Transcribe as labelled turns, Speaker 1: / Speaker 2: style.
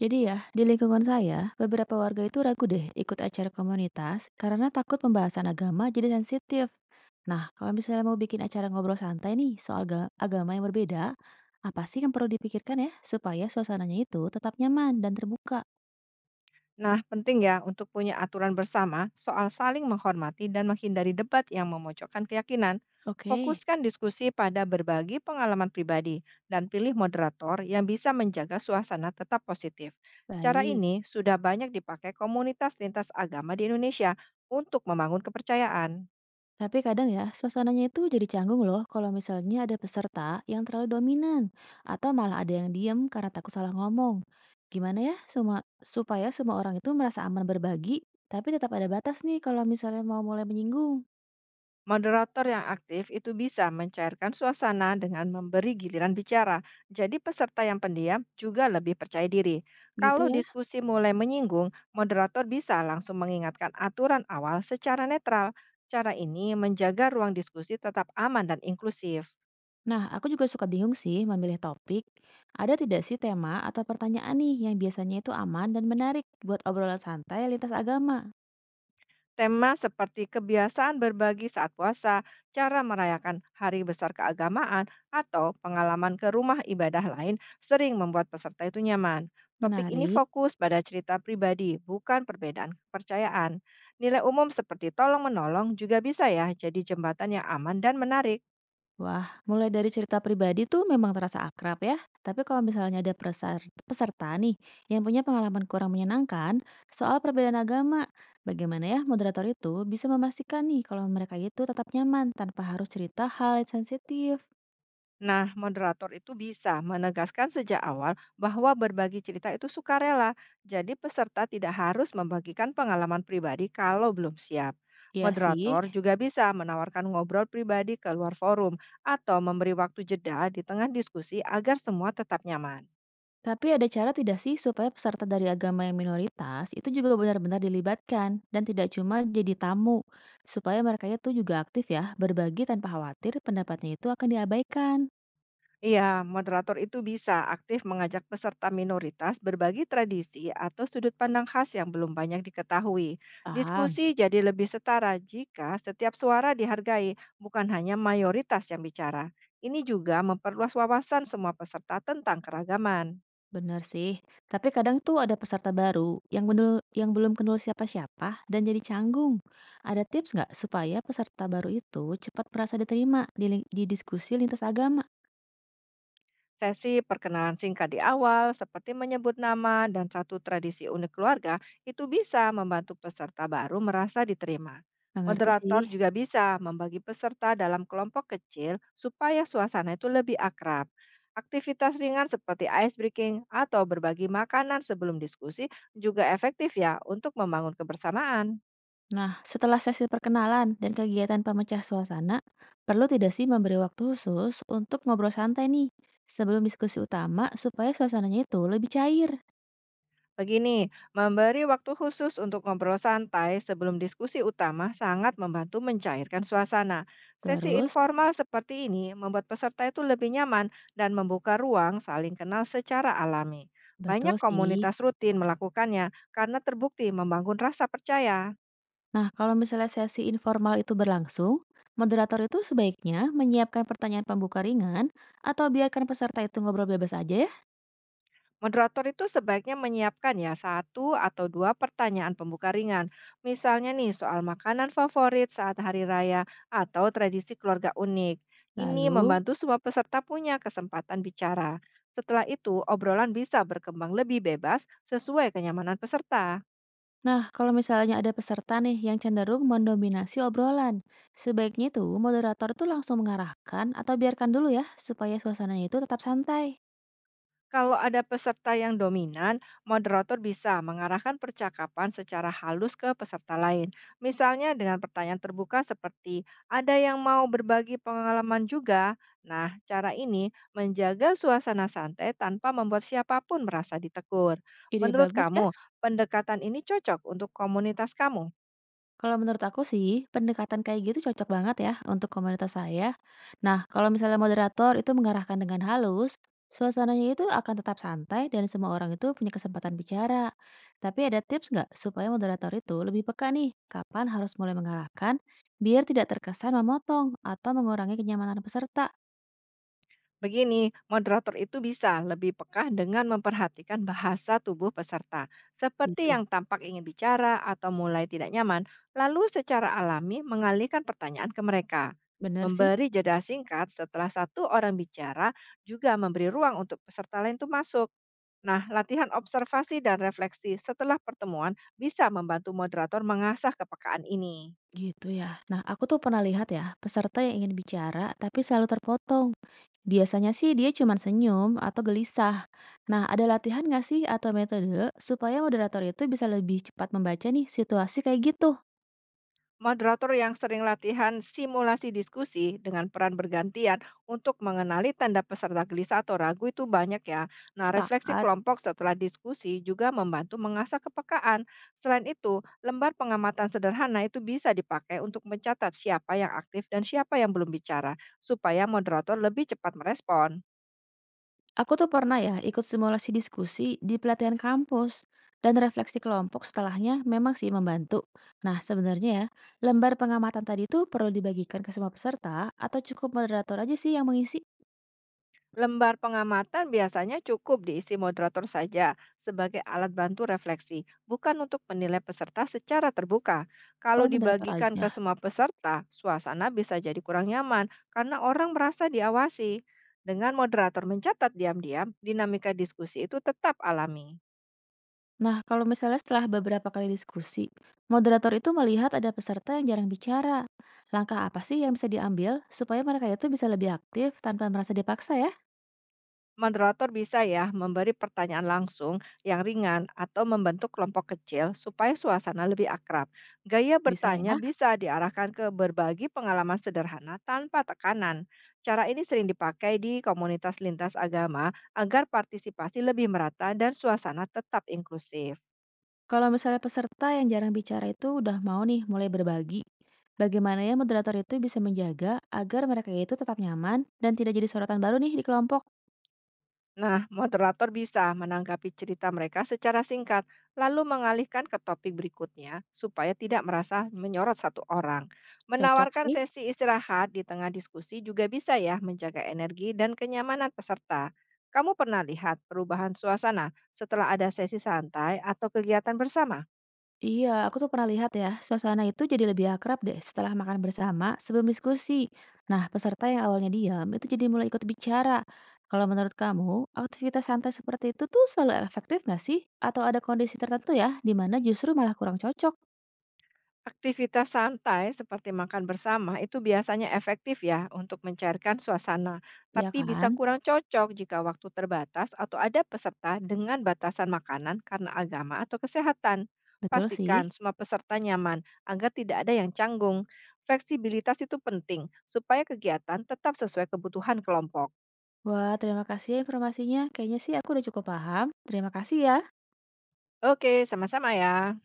Speaker 1: Jadi ya, di lingkungan saya, beberapa warga itu ragu deh ikut acara komunitas karena takut pembahasan agama jadi sensitif. Nah, kalau misalnya mau bikin acara ngobrol santai nih soal agama yang berbeda, apa sih yang perlu dipikirkan ya supaya suasananya itu tetap nyaman dan terbuka?
Speaker 2: Nah, penting ya untuk punya aturan bersama soal saling menghormati dan menghindari debat yang memojokkan keyakinan.
Speaker 1: Oke,
Speaker 2: Fokuskan diskusi pada berbagi pengalaman pribadi dan pilih moderator yang bisa menjaga suasana tetap positif. Cara
Speaker 1: baik.
Speaker 2: ini sudah banyak dipakai komunitas lintas agama di Indonesia untuk membangun kepercayaan.
Speaker 1: Tapi kadang ya, suasananya itu jadi canggung loh kalau misalnya ada peserta yang terlalu dominan atau malah ada yang diem karena takut salah ngomong. Gimana ya semua supaya semua orang itu merasa aman berbagi, tapi tetap ada batas nih kalau misalnya mau mulai menyinggung.
Speaker 2: Moderator yang aktif itu bisa mencairkan suasana dengan memberi giliran bicara. Jadi peserta yang pendiam juga lebih percaya diri.
Speaker 1: Gitu
Speaker 2: Kalau
Speaker 1: ya.
Speaker 2: diskusi mulai menyinggung, moderator bisa langsung mengingatkan aturan awal secara netral. Cara ini menjaga ruang diskusi tetap aman dan inklusif.
Speaker 1: Nah, aku juga suka bingung sih memilih topik. Ada tidak sih tema atau pertanyaan nih yang biasanya itu aman dan menarik buat obrolan santai lintas agama?
Speaker 2: Tema seperti kebiasaan berbagi saat puasa, cara merayakan hari besar keagamaan, atau pengalaman ke rumah ibadah lain sering membuat peserta itu nyaman. Topik ini
Speaker 1: Menarik.
Speaker 2: fokus pada cerita pribadi, bukan perbedaan kepercayaan. Nilai umum seperti tolong-menolong juga bisa ya jadi jembatan yang aman dan menarik.
Speaker 1: Wah, mulai dari cerita pribadi tuh memang terasa akrab ya. Tapi kalau misalnya ada peserta nih yang punya pengalaman kurang menyenangkan soal perbedaan agama, bagaimana ya moderator itu bisa memastikan nih kalau mereka itu tetap nyaman tanpa harus cerita hal yang sensitif?
Speaker 2: Nah, moderator itu bisa menegaskan sejak awal bahwa berbagi cerita itu sukarela, jadi peserta tidak harus membagikan pengalaman pribadi kalau belum siap.
Speaker 1: Iya sih,
Speaker 2: Moderator juga bisa menawarkan ngobrol pribadi ke luar forum atau memberi waktu jeda di tengah diskusi agar semua tetap nyaman.
Speaker 1: tapi ada cara tidak sih supaya peserta dari agama yang minoritas itu juga benar-benar dilibatkan dan tidak cuma jadi tamu, supaya mereka itu juga aktif ya, berbagi tanpa khawatir pendapatnya itu akan diabaikan.
Speaker 2: Iya, moderator itu bisa aktif mengajak peserta minoritas berbagi tradisi atau sudut pandang khas yang belum banyak diketahui.
Speaker 1: Paham?
Speaker 2: Diskusi jadi lebih setara jika setiap suara dihargai, bukan hanya mayoritas yang bicara. Ini juga memperluas wawasan semua peserta tentang keragaman.
Speaker 1: Benar sih, tapi kadang tuh ada peserta baru yang yang belum kenal siapa-siapa dan jadi canggung. Ada tips nggak supaya peserta baru itu cepat merasa diterima di diskusi lintas agama?
Speaker 2: Sesi perkenalan singkat di awal, seperti menyebut nama dan satu tradisi unik keluarga, itu bisa membantu peserta baru merasa diterima.
Speaker 1: Nggak ngerti sih.
Speaker 2: Moderator juga bisa membagi peserta dalam kelompok kecil supaya suasana itu lebih akrab. Aktivitas ringan seperti ice breaking atau berbagi makanan sebelum diskusi juga efektif ya untuk membangun kebersamaan.
Speaker 1: Nah, setelah sesi perkenalan dan kegiatan pemecah suasana, perlu tidak sih memberi waktu khusus untuk ngobrol santai nih sebelum diskusi utama supaya suasananya itu lebih cair.
Speaker 2: Begini, memberi waktu khusus untuk ngobrol santai sebelum diskusi utama sangat membantu mencairkan suasana. Sesi
Speaker 1: Terus,
Speaker 2: informal seperti ini membuat peserta itu lebih nyaman dan membuka ruang saling kenal secara alami. Banyak
Speaker 1: betul sih.
Speaker 2: komunitas rutin melakukannya karena terbukti membangun rasa percaya.
Speaker 1: Nah, kalau misalnya sesi informal itu berlangsung, moderator itu sebaiknya menyiapkan pertanyaan pembuka ringan atau biarkan peserta itu ngobrol bebas aja ya.
Speaker 2: Moderator itu sebaiknya menyiapkan ya satu atau dua pertanyaan pembuka ringan. Misalnya nih soal makanan favorit saat hari raya atau tradisi keluarga unik. Ini
Speaker 1: Lalu,
Speaker 2: membantu semua peserta punya kesempatan bicara. Setelah itu, obrolan bisa berkembang lebih bebas sesuai kenyamanan peserta.
Speaker 1: nah kalau misalnya ada peserta nih yang cenderung mendominasi obrolan, sebaiknya itu moderator itu langsung mengarahkan atau biarkan dulu ya supaya suasananya itu tetap santai.
Speaker 2: Kalau ada peserta yang dominan, moderator bisa mengarahkan percakapan secara halus ke peserta lain. Misalnya dengan pertanyaan terbuka seperti, ada yang mau berbagi pengalaman juga? Nah, cara ini menjaga suasana santai tanpa membuat siapapun merasa ditegur.
Speaker 1: Ide
Speaker 2: Menurut
Speaker 1: bagus ya.
Speaker 2: kamu, pendekatan ini cocok untuk komunitas kamu?
Speaker 1: Kalau menurut aku sih, pendekatan kayak gitu cocok banget ya untuk komunitas saya. Nah, kalau misalnya moderator itu mengarahkan dengan halus, suasananya itu akan tetap santai dan semua orang itu punya kesempatan bicara. Tapi ada tips nggak supaya moderator itu lebih peka nih, kapan harus mulai mengarahkan, biar tidak terkesan memotong atau mengurangi kenyamanan peserta
Speaker 2: Begini, moderator itu bisa lebih peka dengan memperhatikan bahasa tubuh peserta, seperti
Speaker 1: gitu.
Speaker 2: yang tampak ingin bicara atau mulai tidak nyaman, lalu secara alami mengalihkan pertanyaan ke mereka.
Speaker 1: Bener sih?
Speaker 2: Memberi jeda singkat setelah satu orang bicara juga memberi ruang untuk peserta lain itu masuk. Nah, latihan observasi dan refleksi setelah pertemuan bisa membantu moderator mengasah kepekaan ini.
Speaker 1: Gitu ya. Nah, aku tuh pernah lihat ya, peserta yang ingin bicara tapi selalu terpotong. Biasanya sih dia cuma senyum atau gelisah. Nah, ada latihan nggak sih atau metode supaya moderator itu bisa lebih cepat membaca nih situasi kayak gitu?
Speaker 2: Moderator yang sering latihan simulasi diskusi dengan peran bergantian untuk mengenali tanda peserta gelisah atau ragu itu banyak ya. Nah, refleksi
Speaker 1: Sepakat.
Speaker 2: kelompok setelah diskusi juga membantu mengasah kepekaan. Selain itu, lembar pengamatan sederhana itu bisa dipakai untuk mencatat siapa yang aktif dan siapa yang belum bicara, supaya moderator lebih cepat merespon.
Speaker 1: Aku tuh pernah ya ikut simulasi diskusi di pelatihan kampus dan refleksi kelompok setelahnya memang sih membantu. Nah, sebenarnya ya, lembar pengamatan tadi tuh perlu dibagikan ke semua peserta atau cukup moderator aja sih yang mengisi?
Speaker 2: Lembar pengamatan biasanya cukup diisi moderator saja sebagai alat bantu refleksi, bukan untuk menilai peserta secara terbuka. Kalau
Speaker 1: Oh, moderator
Speaker 2: dibagikan ke
Speaker 1: aja.
Speaker 2: semua peserta, suasana bisa jadi kurang nyaman karena orang merasa diawasi. Dengan moderator mencatat diam-diam, dinamika diskusi itu tetap alami.
Speaker 1: Nah, kalau misalnya setelah beberapa kali diskusi, moderator itu melihat ada peserta yang jarang bicara. Langkah apa sih yang bisa diambil supaya mereka itu bisa lebih aktif tanpa merasa dipaksa ya?
Speaker 2: Moderator bisa ya memberi pertanyaan langsung yang ringan atau membentuk kelompok kecil supaya suasana lebih akrab. Gaya
Speaker 1: Bisa ya.
Speaker 2: bertanya bisa diarahkan ke berbagi pengalaman sederhana tanpa tekanan. Cara ini sering dipakai di komunitas lintas agama agar partisipasi lebih merata dan suasana tetap inklusif.
Speaker 1: Kalau misalnya peserta yang jarang bicara itu udah mau nih mulai berbagi, bagaimana ya moderator itu bisa menjaga agar mereka itu tetap nyaman dan tidak jadi sorotan baru nih di kelompok?
Speaker 2: Nah, moderator bisa menanggapi cerita mereka secara singkat, lalu mengalihkan ke topik berikutnya supaya tidak merasa menyorot satu orang.
Speaker 1: Cocok
Speaker 2: Menawarkan
Speaker 1: sih.
Speaker 2: sesi istirahat di tengah diskusi juga bisa ya menjaga energi dan kenyamanan peserta. Kamu pernah lihat perubahan suasana setelah ada sesi santai atau kegiatan bersama?
Speaker 1: Iya, aku tuh pernah lihat ya, suasana itu jadi lebih akrab deh setelah makan bersama sebelum diskusi. Nah, peserta yang awalnya diam itu jadi mulai ikut bicara. Kalau menurut kamu, aktivitas santai seperti itu tuh selalu efektif nggak sih? Atau ada kondisi tertentu ya, di mana justru malah kurang cocok?
Speaker 2: Aktivitas santai seperti makan bersama itu biasanya efektif ya untuk mencairkan suasana,
Speaker 1: Ya
Speaker 2: tapi bisa
Speaker 1: kan?
Speaker 2: kurang cocok jika waktu terbatas atau ada peserta dengan batasan makanan karena agama atau kesehatan.
Speaker 1: Betul
Speaker 2: Pastikan
Speaker 1: sih.
Speaker 2: semua peserta nyaman agar tidak ada yang canggung. Fleksibilitas itu penting supaya kegiatan tetap sesuai kebutuhan kelompok.
Speaker 1: Wah, terima kasih ya informasinya. Kayaknya sih aku udah cukup paham. Terima kasih ya.
Speaker 2: Oke, sama-sama ya.